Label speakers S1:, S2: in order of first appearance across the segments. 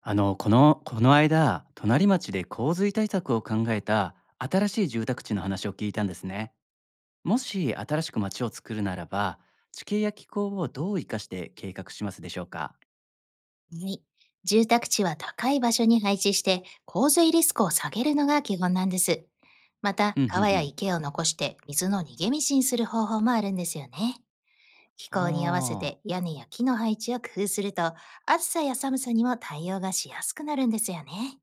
S1: この間、隣町で洪水対策を考えた新しい住宅地の話を聞いたんですね。もし新しく町を作るならば、地形や気候をどう生かして計画しますでしょうか？
S2: はい。住宅地は高い場所に配置して洪水リスクを下げるのが基本なんです。また、
S1: うんうんう
S2: 川や
S1: ん。
S2: 池を残して水の逃げ道にする方法もあるんですよね。気候に合わせ
S1: あ
S2: て屋根や木の配置を工夫すると、暑さや寒さにも対応がしやすくなるんですよね。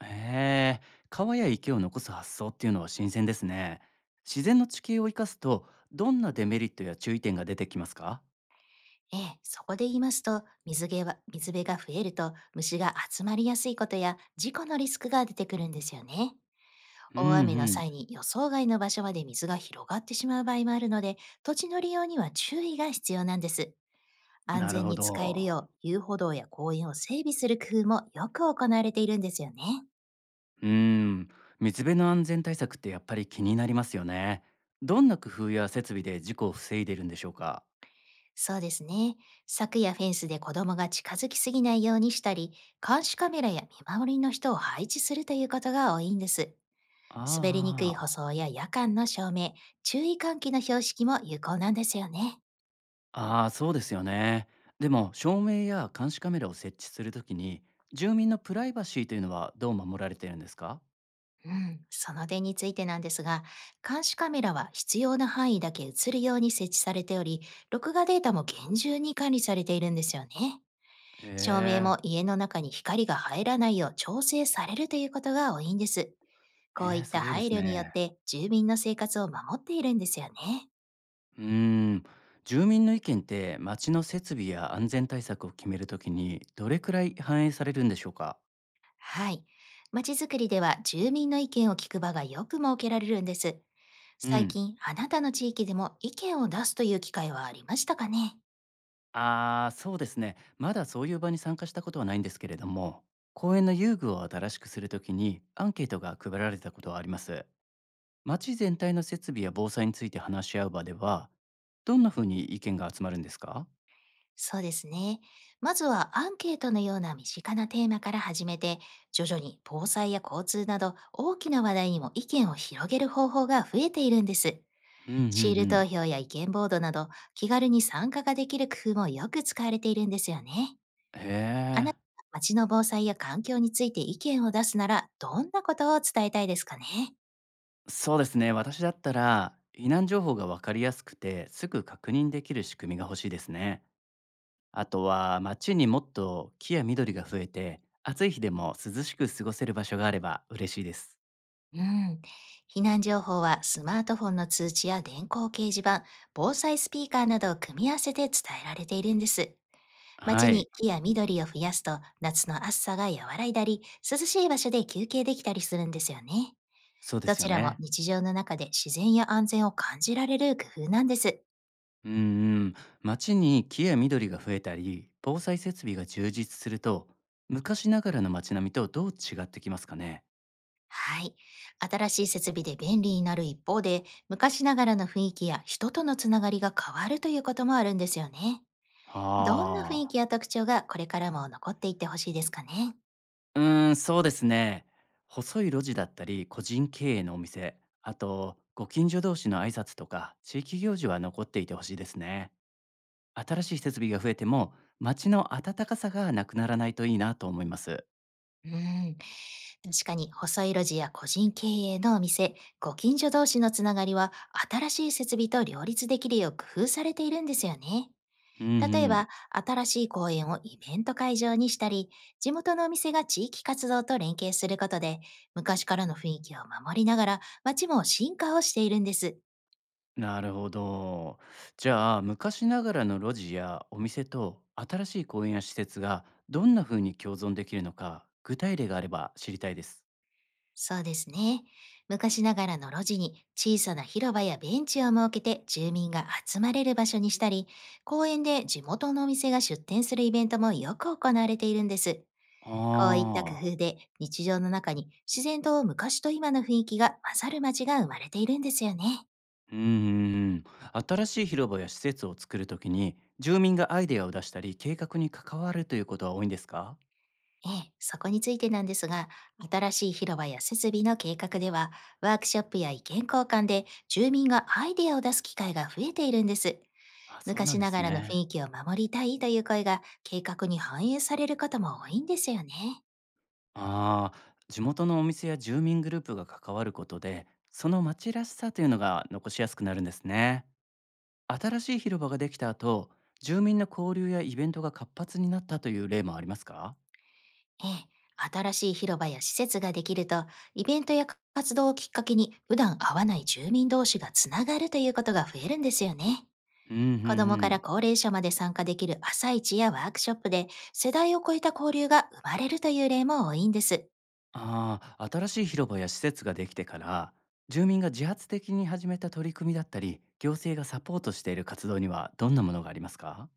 S1: あ、へえ、川や池を残す発想っていうのは新鮮ですね。自然の地形を生かすと、どんなデメリットや注意点が出てきますか？
S2: ええ、そこで言いますと、水毛は水辺が増えると虫が集まりやすいことや事故のリスクが出てくるんですよね。
S1: うんう
S2: 大雨の
S1: ん、
S2: 際に予想外の場所まで水が広がってしまう場合もあるので、土地の利用には注意が必要なんです。安
S1: なる
S2: 全
S1: ほ
S2: に使える
S1: ど。
S2: よう、遊歩道や公園を整備する工夫もよく行われているんですよね。
S1: うーん、水辺の安全対策ってやっぱり気になりますよね。どんな工夫や設備で事故を防いでいるんでしょうか？
S2: そうですね。柵やフェンスで子供が近づきすぎないようにしたり、監視カメラや見守りの人を配置するということが多いんです。滑りにくい舗
S1: あ
S2: 装や夜間の照明、注意喚起の標識も有効なんですよね。
S1: あ、ああそうですよね。でも、照明や監視カメラを設置するときに、住民のプライバシーというのはどう守られているんですか？
S2: うん、その点についてなんですが、監視カメラは必要な範囲だけ映るように設置されており、録画データも厳重に管理されているんですよね。照明
S1: ええ、
S2: も家の中に光が入らないよう調整されるということが多いんです。こ
S1: え
S2: うい
S1: え
S2: っ
S1: す
S2: た
S1: ごいで
S2: 配
S1: す
S2: 慮によっ
S1: ね。
S2: て住民の生活を守っているんですよね。
S1: うーん、住民の意見って町の設備や安全対策を決めるときにどれくらい反映されるんでしょうか？
S2: はい。街づくりでは住民の意見を聞く場がよく設けられるんです。
S1: う
S2: 最
S1: ん。
S2: 近、あなたの地域でも意見を出すという機会はありましたかね？
S1: ああ、そうですね。まだそういう場に参加したことはないんですけれども、公園の遊具を新しくするときにアンケートが配られたことはあります。街全体の設備や防災について話し合う場では、どんなふうに意見が集まるんですか？
S2: そうですね。まずはアンケートのような身近なテーマから始めて、徐々に防災や交通など大きな話題にも意見を広げる方法が増えているんです。
S1: うんうんう
S2: シール
S1: ん。
S2: 投票や意見ボードなど、気軽に参加ができる工夫もよく使われているんですよね。
S1: へ
S2: あな
S1: え。
S2: たが街の防災や環境について意見を出すなら、どんなことを伝えたいですかね？
S1: そうですね。私だったら、避難情報がわかりやすくて、すぐ確認できる仕組みが欲しいですね。あとは、街にもっと木や緑が増えて、暑い日でも涼しく過ごせる場所があれば嬉しいです。
S2: うん。避難情報はスマートフォンの通知や電光掲示板、防災スピーカーなどを組み合わせて伝えられているんです。
S1: は
S2: 街に
S1: い、
S2: 木や緑を増やすと夏の暑さが和らいだり、涼しい場所で休憩できたりするんですよね。
S1: そうで
S2: ど
S1: すよ
S2: ちらも
S1: ね。
S2: 日常の中で自然や安全を感じられる工夫なんです。
S1: うんうん。街に木や緑が増えたり、防災設備が充実すると、昔ながらの街並みとどう違ってきますかね。
S2: はい。新しい設備で便利になる一方で、昔ながらの雰囲気や人とのつながりが変わるということもあるんですよね。どんな雰
S1: は
S2: 囲
S1: あ。
S2: 気や特徴がこれからも残っていってほしいですかね。
S1: うーん、そうですね。細い路地だったり、個人経営のお店、あと、ご近所同士の挨拶とか、地域行事は残っていてほしいですね。新しい設備が増えても、街の温かさがなくならないといいなと思います。
S2: うん。確かに、細い路地や個人経営のお店、ご近所同士のつながりは、新しい設備と両立できるよう工夫されているんですよね。
S1: うんう
S2: 例えば、
S1: ん。
S2: 新しい公園をイベント会場にしたり、地元のお店が地域活動と連携することで、昔からの雰囲気を守りながら、街も進化をしているんです。
S1: なるほど。じゃあ昔ながらの路地やお店と新しい公園や施設がどんな風に共存できるのか具体例があれば知りたいです。
S2: そうですね。昔ながらの路地に小さな広場やベンチを設けて住民が集まれる場所にしたり、公園で地元のお店が出店するイベントもよく行われているんです。こういった工
S1: ああ、
S2: 夫で日常の中に自然と昔と今の雰囲気が混ざる街が生まれているんですよね。
S1: うんうんうん。新しい広場や施設を作るときに住民がアイデアを出したり計画に関わるということは多いんですか？
S2: ええ、そこについてなんですが、新しい広場や設備の計画では、ワークショップや意見交換で住民がアイデアを出す機会が増えているんです。
S1: あ、そうなん
S2: 昔
S1: で
S2: な
S1: す
S2: がらの雰
S1: ね。
S2: 囲気を守りたいという声が計画に反映されることも多いんですよね。
S1: ああ、地元のお店や住民グループが関わることでその町らしさというのが残しやすくなるんですね。新しい広場ができた後、住民の交流やイベントが活発になったという例もありますか？
S2: ええ、新しい広場や施設ができると、イベントや活動をきっかけに普段会わない住民同士がつながるということが増えるんですよね。
S1: うんうんう
S2: 子どもから
S1: ん。
S2: 高齢者まで参加できる朝市やワークショップで世代を超えた交流が生まれるという例も多いんです。
S1: ああ、新しい広場や施設ができてから、住民が自発的に始めた取り組みだったり、行政がサポートしている活動にはどんなものがありますか？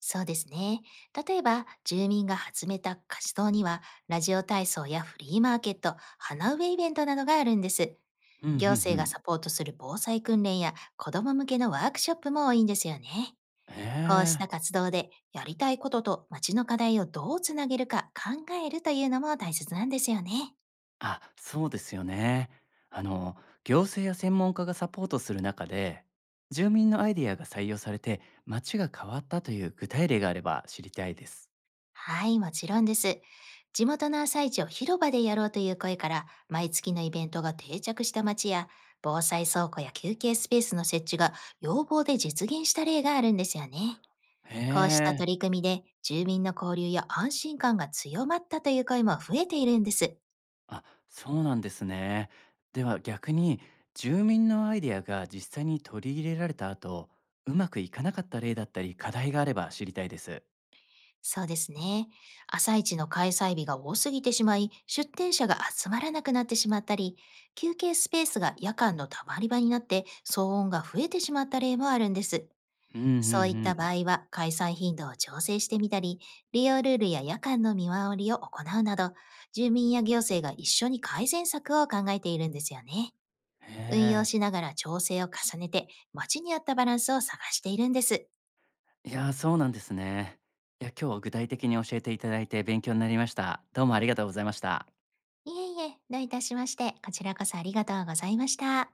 S2: そうですね。例えば、住民が始めた活動には、ラジオ体操やフリーマーケット、花植えイベントなどがあるんです。
S1: うんうんう
S2: 行政が
S1: ん。
S2: サポートする防災訓練や子ども向けのワークショップも多いんですよね。
S1: へ
S2: こうした
S1: え。
S2: 活動で、やりたいことと街の課題をどうつなげるか考えるというのも大切なんですよね。
S1: あ、そうですよね。あの、行政や専門家がサポートする中で、住民のアイデアが採用されて街が変わったという具体例があれば知りたいです。
S2: はい、もちろんです。地元の朝市を広場でやろうという声から、毎月のイベントが定着した街や、防災倉庫や休憩スペースの設置が要望で実現した例があるんですよね。
S1: へ
S2: こうした
S1: え。
S2: 取り組みで、住民の交流や安心感が強まったという声も増えているんです。
S1: あ、そうなんですね。では逆に住民のアイデアが実際に取り入れられた後、うまくいかなかった例だったり課題があれば知りたいです。
S2: そうですね。朝市の開催日が多すぎてしまい、出店者が集まらなくなってしまったり、休憩スペースが夜間の溜まり場になって騒音が増えてしまった例もあるんです。
S1: うんうんう
S2: そういった場
S1: ん。
S2: 合は、開催頻度を調整してみたり、利用ルールや夜間の見回りを行うなど、住民や行政が一緒に改善策を考えているんですよね。
S1: へ
S2: 運用
S1: え。
S2: しながら調整を重ねて、街に合ったバランスを探しているんです。
S1: いやー、そうなんですね。いや、今日は具体的に教えていただいて勉強になりました。どうもありがとうございました。
S2: いえいえ、どういたしまして、こちらこそありがとうございました。